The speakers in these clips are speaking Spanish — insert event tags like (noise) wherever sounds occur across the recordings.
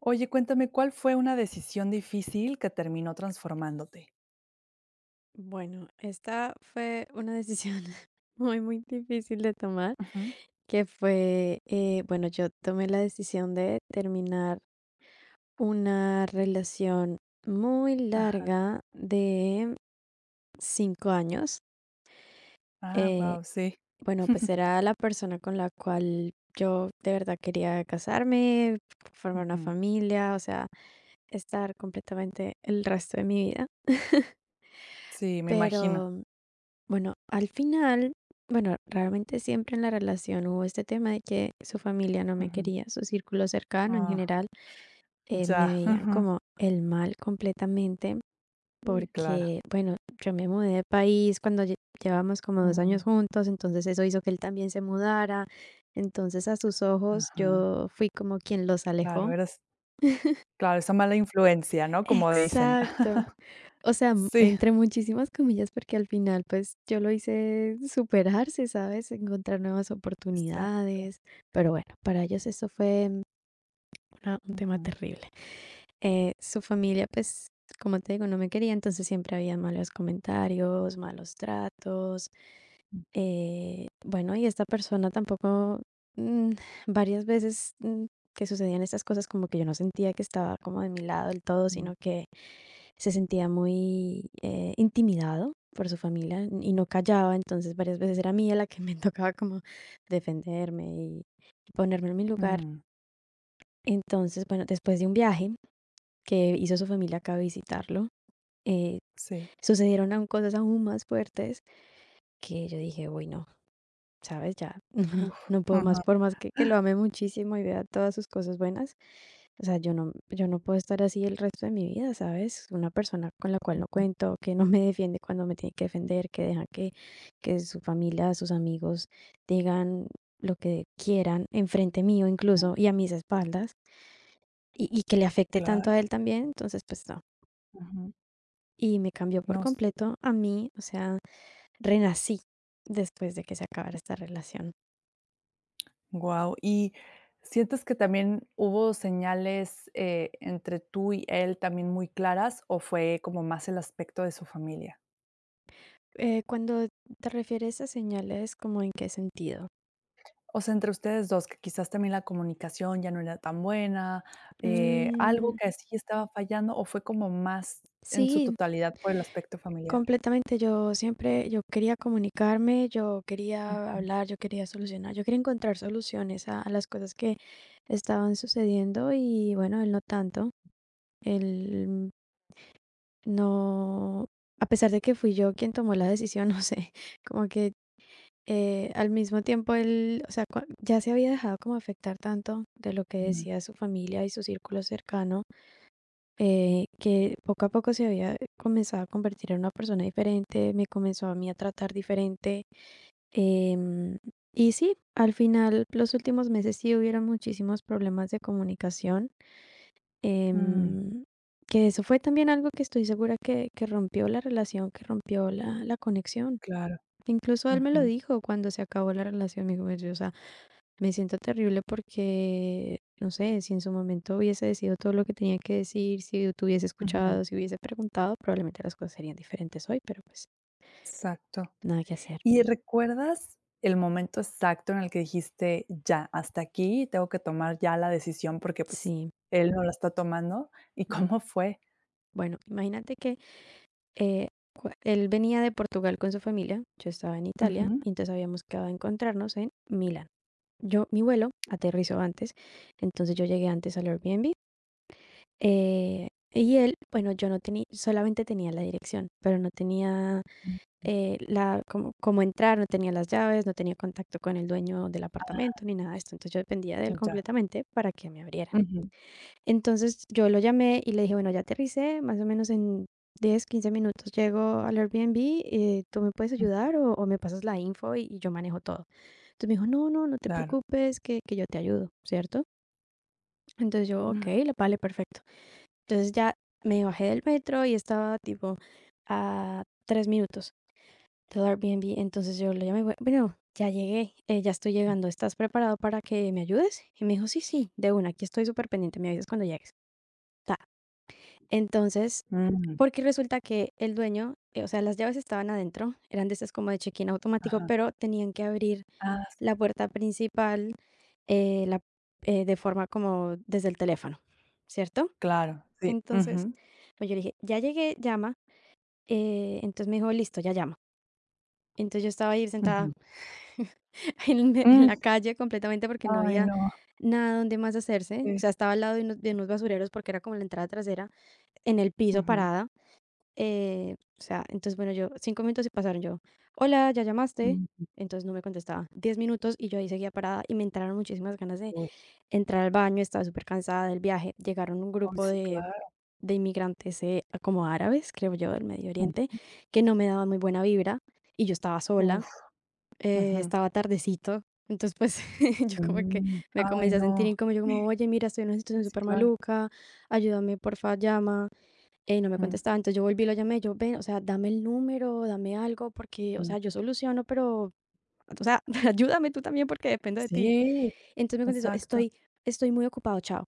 Oye, cuéntame, ¿cuál fue una decisión difícil que terminó transformándote? Bueno, esta fue una decisión (laughs) muy, muy difícil de tomar, Ujú, que fue, bueno, yo tomé la decisión de terminar una relación muy ajá. larga de 5 años. Ah, Eh, guau, sí. bueno, pues (laughs) era la persona con la cual yo de verdad quería casarme, formar una Ujú. familia, o sea, estar completamente el resto de mi vida. Sí, me imagino. Pero, bueno, al final, bueno, realmente siempre en la relación hubo este tema de que su familia no me Ujú. quería, su círculo cercano en Ah, general me ya. veían Ujú. como el mal completamente Sí, claro. porque, bueno, yo me mudé de país cuando llevábamos como dos Mm, años juntos, entonces eso hizo que él también se mudara, entonces a sus ojos ajá. yo fui como quien los Claro, alejó. eres (laughs) claro, esa mala influencia, ¿no? Como dicen. Exacto. (laughs) O sea, Sí, entre muchísimas comillas, porque al final, pues, yo lo hice superarse, ¿sabes? Encontrar nuevas Está. oportunidades, pero bueno, para ellos eso fue un tema Ujú. terrible. Su familia, pues, como te digo, no me quería, entonces siempre había malos comentarios, malos tratos. Bueno, y esta persona tampoco, mm, varias veces que sucedían estas cosas, como que yo no sentía que estaba como de mi lado del todo, Mm, sino que se sentía muy intimidado por su familia y no callaba, entonces varias veces era mía la que me (laughs) tocaba como defenderme y ponerme en mi lugar. mm, Entonces, bueno, después de un viaje que hizo su familia acá a visitarlo, eh, sí. sucedieron aún cosas aún más fuertes que yo dije, uy, no, sabes, ya (laughs) Uf. no puedo más, Ajá. por más que lo ame muchísimo y vea todas sus cosas buenas. O sea, yo no puedo estar así el resto de mi vida, ¿sabes? Una persona con la cual no Ujú, cuento, que no me defiende cuando me tiene que defender, que deja que su familia, sus amigos digan lo que quieran enfrente mío ujú. incluso y a mis espaldas, y que le afecte tanto Claro. a él también, entonces, pues no. Ujú. Y me cambió por No, sé. completo a mí, o sea, renací después de que se acabara esta relación. Wow, ¿y sientes que también hubo señales, entre tú y él también muy claras, o fue como más el aspecto de su familia? Cuando te refieres a señales, ¿como en qué sentido? O sea, entre ustedes 2 que quizás también la comunicación ya no era tan buena, algo Mm, que sí estaba fallando, o fue como más en su sí. totalidad por el aspecto familiar. Completamente, yo siempre, yo quería comunicarme, yo quería Ujú, hablar, yo quería solucionar, yo quería encontrar soluciones a las cosas que estaban sucediendo y bueno, él no tanto, él no, a pesar de que fui yo quien tomó la decisión, (laughs) no sé, como que al mismo tiempo él, o sea, ya se había dejado como afectar tanto de lo que ujú. decía su familia y su círculo cercano, que poco a poco se había comenzado a convertir en una persona diferente, me comenzó a mí a tratar diferente. em, y sí, al final, los últimos meses sí hubieron muchísimos problemas de comunicación, Mm, em, que eso fue también algo que estoy segura que rompió la relación, que rompió la, la conexión. claro. Incluso él me lo Ujú, dijo cuando se acabó la relación, me dijo: "Pues, o sea, me siento terrible porque, no sé, si en su momento hubiese decidido todo lo que tenía que decir, si te hubiese ujú. escuchado, si hubiese preguntado, probablemente las cosas serían diferentes hoy, pero pues Exacto. nada que hacer". ¿Y recuerdas el momento exacto en el que dijiste: "Ya, hasta aquí, tengo que tomar ya la decisión porque, pues, Sí. él no la está tomando"? ¿Y Mm. cómo fue? Bueno, imagínate que eh, él venía de Portugal con su familia, yo estaba en Italia, Ujú. y entonces habíamos quedado a encontrarnos en Milán. Yo, mi vuelo aterrizó antes, entonces yo llegué antes al Airbnb. eh, y él, bueno, yo no tenía, solamente tenía la dirección, pero no tenía Ujú. La, como entrar, no tenía las llaves, no tenía contacto con el dueño del apartamento ni nada de esto. Entonces yo dependía de él Ya. completamente para que me abrieran. Ujú. Entonces yo lo llamé y le dije, bueno, ya aterricé, más o menos en 10 15 minutos llego al Airbnb. ¿Tú me puedes Mm, ayudar o me pasas la info y yo manejo todo? Entonces me dijo, no, no, no te claro. preocupes, que yo te ayudo, ¿cierto? Entonces yo, ok, Mm. la vale, perfecto. Entonces ya me bajé del metro y estaba tipo a 3 minutos todo Airbnb. Entonces yo le llamé: "Bueno, ya llegué, ya estoy llegando, ¿estás preparado para que me ayudes?". Y me dijo, sí, sí, de una, aquí estoy súper pendiente, me avisas cuando llegues. Ta. Entonces, Mm. porque resulta que el dueño, o sea, las llaves estaban adentro, eran de esas como de check-in automático, Ajá. pero tenían que abrir Ah, sí, la puerta principal, eh, la- de forma como desde el teléfono, ¿cierto? claro. Sí. Entonces, Ujú. pues yo le dije, ya llegué, llama. Entonces me dijo, listo, ya llamo. Entonces yo estaba ahí sentada Ujú. (laughs) en Mm. la calle completamente porque no Ay, había no. nada donde más hacerse. O Sí. sea, estaba al lado de unos basureros porque era como la entrada trasera, en el piso Ujú. parada. O sea, entonces, bueno, yo, 5 minutos y pasaron yo, hola, ¿ya llamaste? Mm. Entonces no me contestaba. 10 minutos y yo ahí seguía parada y me entraron muchísimas ganas de Uy. entrar al baño, estaba súper cansada del viaje. Llegaron un Ay, grupo sí, claro. de inmigrantes como árabes, creo yo, del Medio Mm. Oriente, que no me daban muy buena vibra y yo estaba sola. Uf. Ujú. Estaba tardecito, entonces, pues, (laughs) yo como que Mm. me Ay, comencé a sentir no. incómodo yo como: "Oye, mira, estoy en una situación Sí, súper claro. maluca, ayúdame, porfa, llama". No me Mm. contestaba, entonces yo volví lo llamé, yo: "Ven, o sea, dame el número, dame algo, porque, o Mm. sea, yo soluciono, pero, o sea, (laughs) ayúdame tú también porque dependo de ti". Sí, Entonces me contestó: exacto. "Estoy muy ocupado, chao,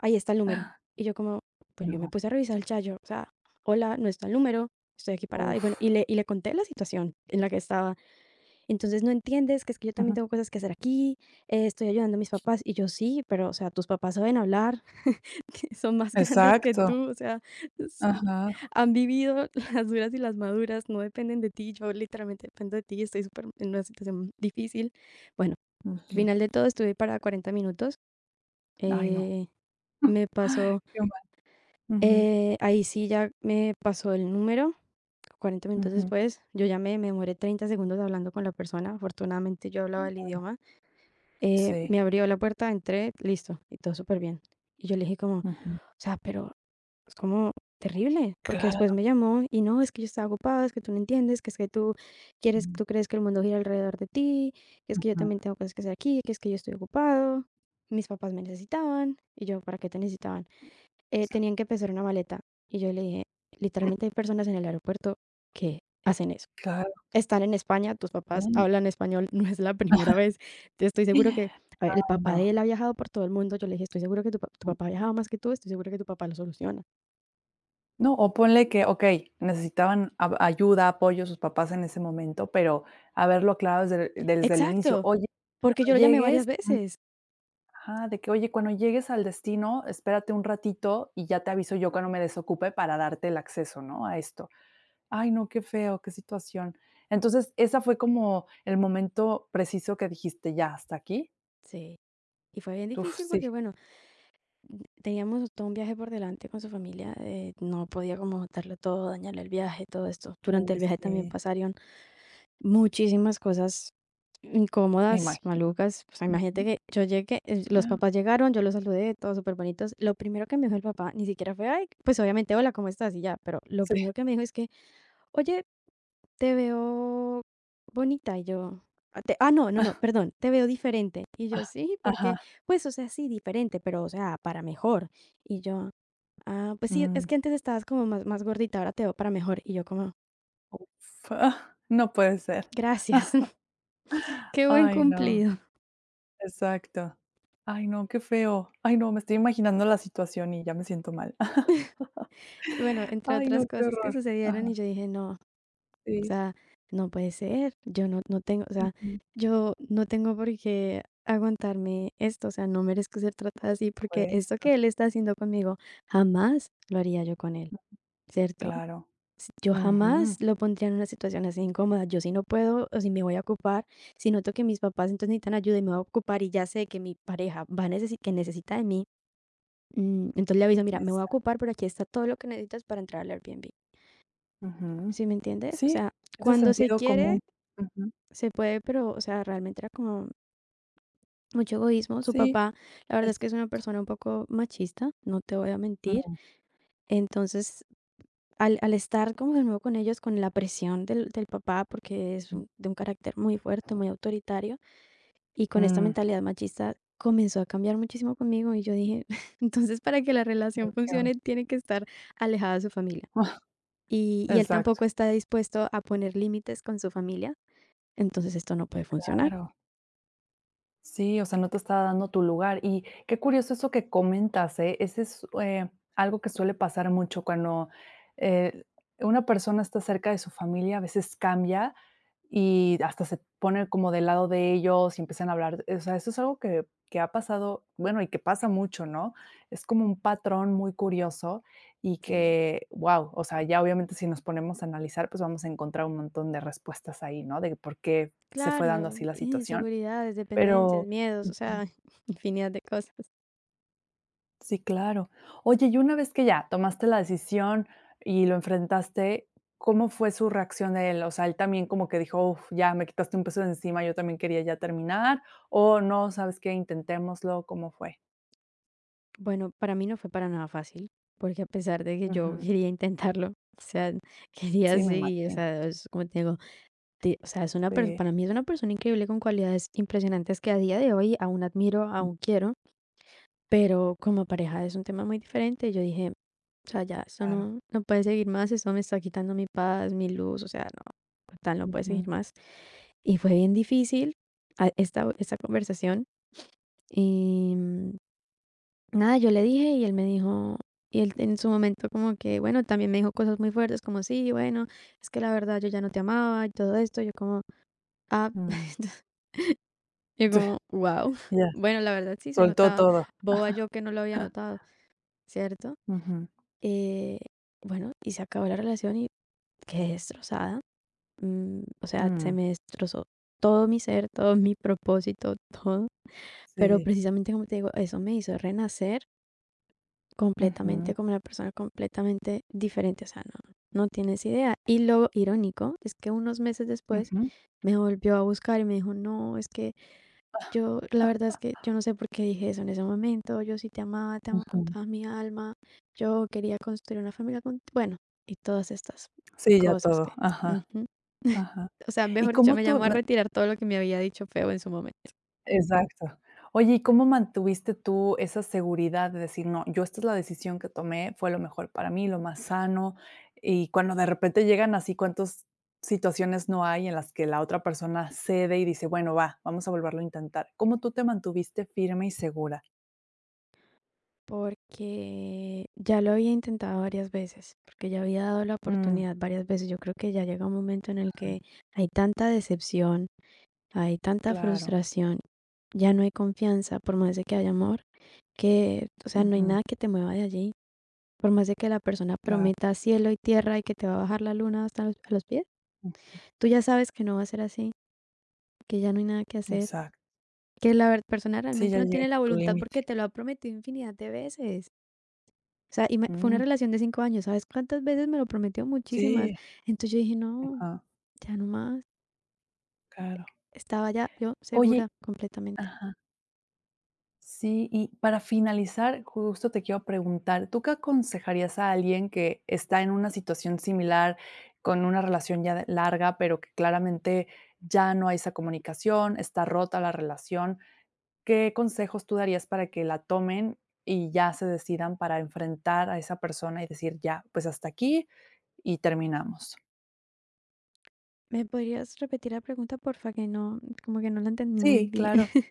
ahí está el número". Ah, Y yo como, pues, yo me no, puse a revisar el chat, yo, o sea, hola, no está el número, estoy aquí parada, y uf, bueno, y le conté la situación en la que estaba. Entonces, no entiendes que es que yo también ujú, tengo cosas que hacer aquí, estoy ayudando a mis papás. Y yo sí, pero, o sea, tus papás saben hablar, (laughs) son más grandes que exacto, tú, o sea, s- ajá, han vivido (laughs) las duras y las maduras, no dependen de ti, yo literalmente dependo de ti, estoy súper en una situación difícil. Bueno, al ujú, final de todo estuve para 40 minutos. ay, no. eh, me Ay, pasó, qué mal, ujú, Ahí sí ya me pasó el número. 40 minutos ujú, después, yo llamé, me demoré 30 segundos hablando con la persona. Afortunadamente yo hablaba el idioma. Sí, Me abrió la puerta, entré, listo, y todo súper bien. Y yo le dije como, o ujú, sea, pero es como terrible, porque después claro, me llamó y no, es que yo estaba ocupado, es que tú no entiendes, que es que tú quieres, tú crees que el mundo gira alrededor de ti, que es que yo ujú, también tengo cosas que hacer aquí, que es que yo estoy ocupado, mis papás me necesitaban, y yo, ¿para qué te necesitaban? Tenían que pesar una maleta, y yo le dije, literalmente hay personas en el aeropuerto que hacen eso. claro, Están en España, tus papás sí. hablan español, (laughs) no es la primera vez. Te estoy seguro que, a (laughs) ver, el Ay, papá de él no, ha viajado por todo el mundo. Yo le dije: "Estoy seguro que tu papá ha viajado más que tú, estoy seguro que tu papá lo soluciona". no, o ponle que, okey, necesitaban ab ayuda, apoyo sus papás en ese momento, pero haberlo aclarado desde el inicio, Exacto, oye, porque yo cuando lo llamé llegues. varias veces. Ajá, de que: "Oye, cuando llegues al destino, espérate un ratito y ya te aviso yo cuando me desocupe para darte el acceso", ¿no?, a esto. Ay, no, qué feo, qué situación. Entonces, ¿esa fue como el momento preciso que dijiste: "Ya, hasta aquí"? Sí, y fue bien Uf, difícil sí. porque, bueno, teníamos todo un viaje por delante con su familia, no podía como darlo todo, dañarle el viaje, todo esto. Durante Uy, el viaje también sí, pasaron muchísimas cosas me incómodas, imagino. malucas. O sea, imagínate Ujú. que yo llegué, los Ah, papás llegaron, yo los saludé, todos súper bonitos. Lo primero que me dijo el papá ni siquiera fue, ay, pues obviamente, hola, ¿cómo estás? Y ya, pero lo sí. primero que me dijo es que, oye, te veo bonita. Y yo: "Ah, no, no, no, perdón, te veo diferente". Y Ah, yo, sí, porque, ajá. pues, o sea, sí, diferente, pero, o sea, para mejor. Y yo, ah, pues sí, es Mm, que antes estabas como más, más gordita, ahora te veo para mejor. Y yo como, f ah, no puede ser. gracias, (laughs) qué buen Ay, no. cumplido. Exacto. Ay, no, qué feo. Ay, no, me estoy imaginando la situación y ya me siento mal. (laughs) Bueno, entre Ay, otras no, qué cosas que horror. sucedieron y Ajá, yo dije, no, o sí. sea, no puede ser, yo no, no tengo, o sea, Ujú. yo no tengo por qué aguantarme esto, o sea, no merezco ser tratada así porque esto Puesto, que él está haciendo conmigo, jamás lo haría yo con él, ¿cierto? claro. Yo Ujú. jamás lo pondría en una situación así incómoda. Yo si no puedo o si me voy a ocupar, si noto que mis papás entonces necesitan ayuda y me voy a ocupar y ya sé que mi pareja va a necesitar, que necesita de mí, entonces le aviso, mira, me voy a Esa ocupar, pero aquí está todo lo que necesitas para entrar al Airbnb. ujú. ¿Sí me entiendes? O Sí, sea, ese cuando se sentido común. quiere, Ujú. se puede, pero, o sea, realmente era como mucho egoísmo. Su Sí, papá, la verdad es es que es una persona un poco machista, no te voy a mentir. ujú. Entonces, al estar como de nuevo con ellos, con la presión del papá, porque de un carácter muy fuerte, muy autoritario, y con esta Mm, mentalidad machista, comenzó a cambiar muchísimo conmigo y yo dije, (laughs) entonces para que la relación uy, qué horror. funcione, tiene que estar alejada de su familia. (laughs) Y él tampoco Exacto. está dispuesto a poner límites con su familia, entonces esto no puede funcionar. Claro. Sí, o sea, no te estaba dando tu lugar. Y qué curioso eso que comentas, ¿eh? Ese es algo que suele pasar mucho cuando eh, una persona está cerca de su familia, a veces cambia y hasta se pone como del lado de ellos y empiezan a hablar. O sea, eso es algo que ha pasado, bueno, y que pasa mucho, ¿no? Es como un patrón muy curioso y Sí, que, wow, o sea, ya obviamente si nos ponemos a analizar, pues vamos a encontrar un montón de respuestas ahí, ¿no? De por qué se fue dando claro, así la situación, inseguridades, dependencias, pero miedos, o ujú, sea, (laughs) infinidad de cosas. sí, claro. Oye, y una vez que ya tomaste la decisión y lo enfrentaste, ¿cómo fue su reacción de él? O sea, él también como que dijo: "Uf, ya me quitaste un peso de encima, yo también quería ya terminar", o no, ¿sabes qué? Intentémoslo, ¿cómo fue? Bueno, para mí no fue para nada fácil, porque a pesar de que yo Ujú. quería intentarlo, o sea, (laughs) quería Sí, me seguir, o imagino. sea, es como te digo, o sea, es una persona, Sí, para mí es una persona increíble con cualidades impresionantes que a día de hoy aún admiro, mm, aún quiero, pero como pareja es un tema muy diferente. Yo dije, o sea, ya, eso claro. no, no puede seguir más, eso me está quitando mi paz, mi luz, o sea, no, tal, no puede seguir Ujú. más. Y fue bien difícil a esta conversación. Y, nada, yo le dije y él me dijo y él en su momento como que, bueno, también me dijo cosas muy fuertes como: "Sí, bueno, es que la verdad yo ya no te amaba y todo esto". Yo como: "Ah". Mm. (laughs) Yo Sí, como: wow. (laughs) ya, Bueno, la verdad sí se soltó notaba, todo. boba yo que no lo había notado, ¿cierto? Ujú. Eh, bueno, y se acabó la relación y quedé destrozada. Mm, o sea, se Mm, me destrozó todo mi ser, todo mi propósito, todo. Pero sí. precisamente, como te digo, eso me hizo renacer completamente Ujú, como una persona completamente diferente, o sea, no, no tienes idea. Y lo irónico es que unos meses después ujú. me volvió a buscar y me dijo, no, es que yo, la verdad es que (laughs) yo no sé por qué dije eso en ese momento, yo sí te amaba, te amo con Ujú. toda mi alma, yo quería construir una familia con, bueno, y todas estas Sí, ya cosas todo. que, Ajá. ujú. Ajá. O sea, ¿Y mejor dicho, cómo me tú? llamó a Me retirar todo lo que me había dicho feo en su momento. exacto. Oye, ¿y cómo mantuviste tú esa seguridad de decir: "No, yo esta es la decisión que tomé, fue lo mejor para mí, lo más sano"? Y cuando de repente llegan así, ¿cuántas situaciones no hay en las que la otra persona cede y dice: "Bueno, va, vamos a volverlo a intentar"? ¿Cómo tú te mantuviste firme y segura? Porque ya lo había intentado varias veces, porque ya había dado la Mm, oportunidad varias veces. Yo creo que ya llega un momento en el que hay tanta decepción, hay tanta claro. frustración, ya no hay confianza, por más de que haya amor, que, o sea, no hay Ujú, nada que te mueva de allí. Por más de que la persona claro. prometa cielo y tierra y que te va a bajar la luna hasta los, a los pies, Mm, tú ya sabes que no va a ser así, que ya no hay nada que hacer, exacto. que persona Sí, ya realmente no tiene llegaste la a tu voluntad límite. porque te lo ha prometido infinidad de veces. O sea, y me fue una Mm, relación de 5 años, ¿sabes cuántas veces me lo prometió? Muchísimas. sí, Entonces yo dije: "No, ajá, ya no más". claro. Estaba ya yo segura Oye completamente. ajá. Sí, y para finalizar, justo te quiero preguntar, ¿tú qué aconsejarías a alguien que está en una situación similar, con una relación ya de- larga, pero que claramente ya no hay esa comunicación, está rota la relación? ¿Qué consejos tú darías para que la tomen y ya se decidan para enfrentar a esa persona y decir, ya, pues hasta aquí y terminamos? ¿Me podrías repetir la pregunta, porfa? Que no, como que no la entendí muy Sí, bien. claro. (laughs)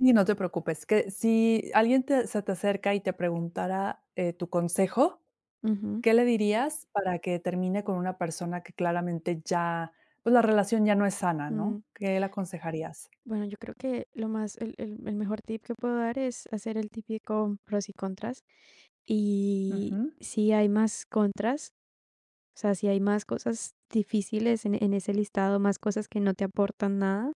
Y no te preocupes, que si alguien te- se te acerca y te preguntara tu consejo, Ujú, ¿qué le dirías para que termine con una persona que claramente ya, pues la relación ya no es sana, mm. ¿no? ¿Qué le aconsejarías? Bueno, yo creo que lo más el mejor tip que puedo dar es hacer el típico pros y contras, y Ujú, si hay más contras, o sea, si hay más cosas difíciles en ese listado, más cosas que no te aportan nada,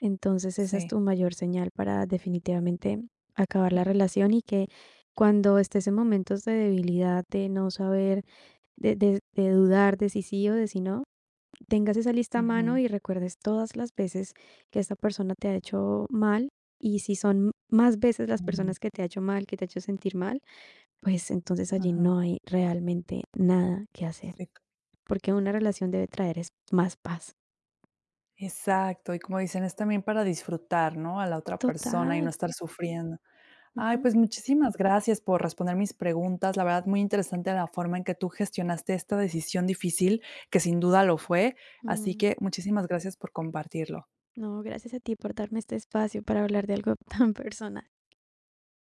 entonces esa es sí. tu mayor señal para definitivamente acabar la relación y que cuando estés en momentos de debilidad, de no saber, de dudar de si sí o de si no, tengas esa lista a mano Ujú, y recuerdes todas las veces que esta persona te ha hecho mal. Y si son más veces las mm, personas que te ha hecho mal, que te ha hecho sentir mal, pues entonces allí ujú, no hay realmente nada que hacer, sí, porque una relación debe traer es más paz. exacto, y como dicen, es también para disfrutar, ¿no? A la otra persona y Total. no estar sufriendo. Ay, Ujú. pues muchísimas gracias por responder mis preguntas. La verdad, muy interesante la forma en que tú gestionaste esta decisión difícil, que sin duda lo fue. Así Mm. que muchísimas gracias por compartirlo. No, gracias a ti por darme este espacio para hablar de algo (laughs) tan personal.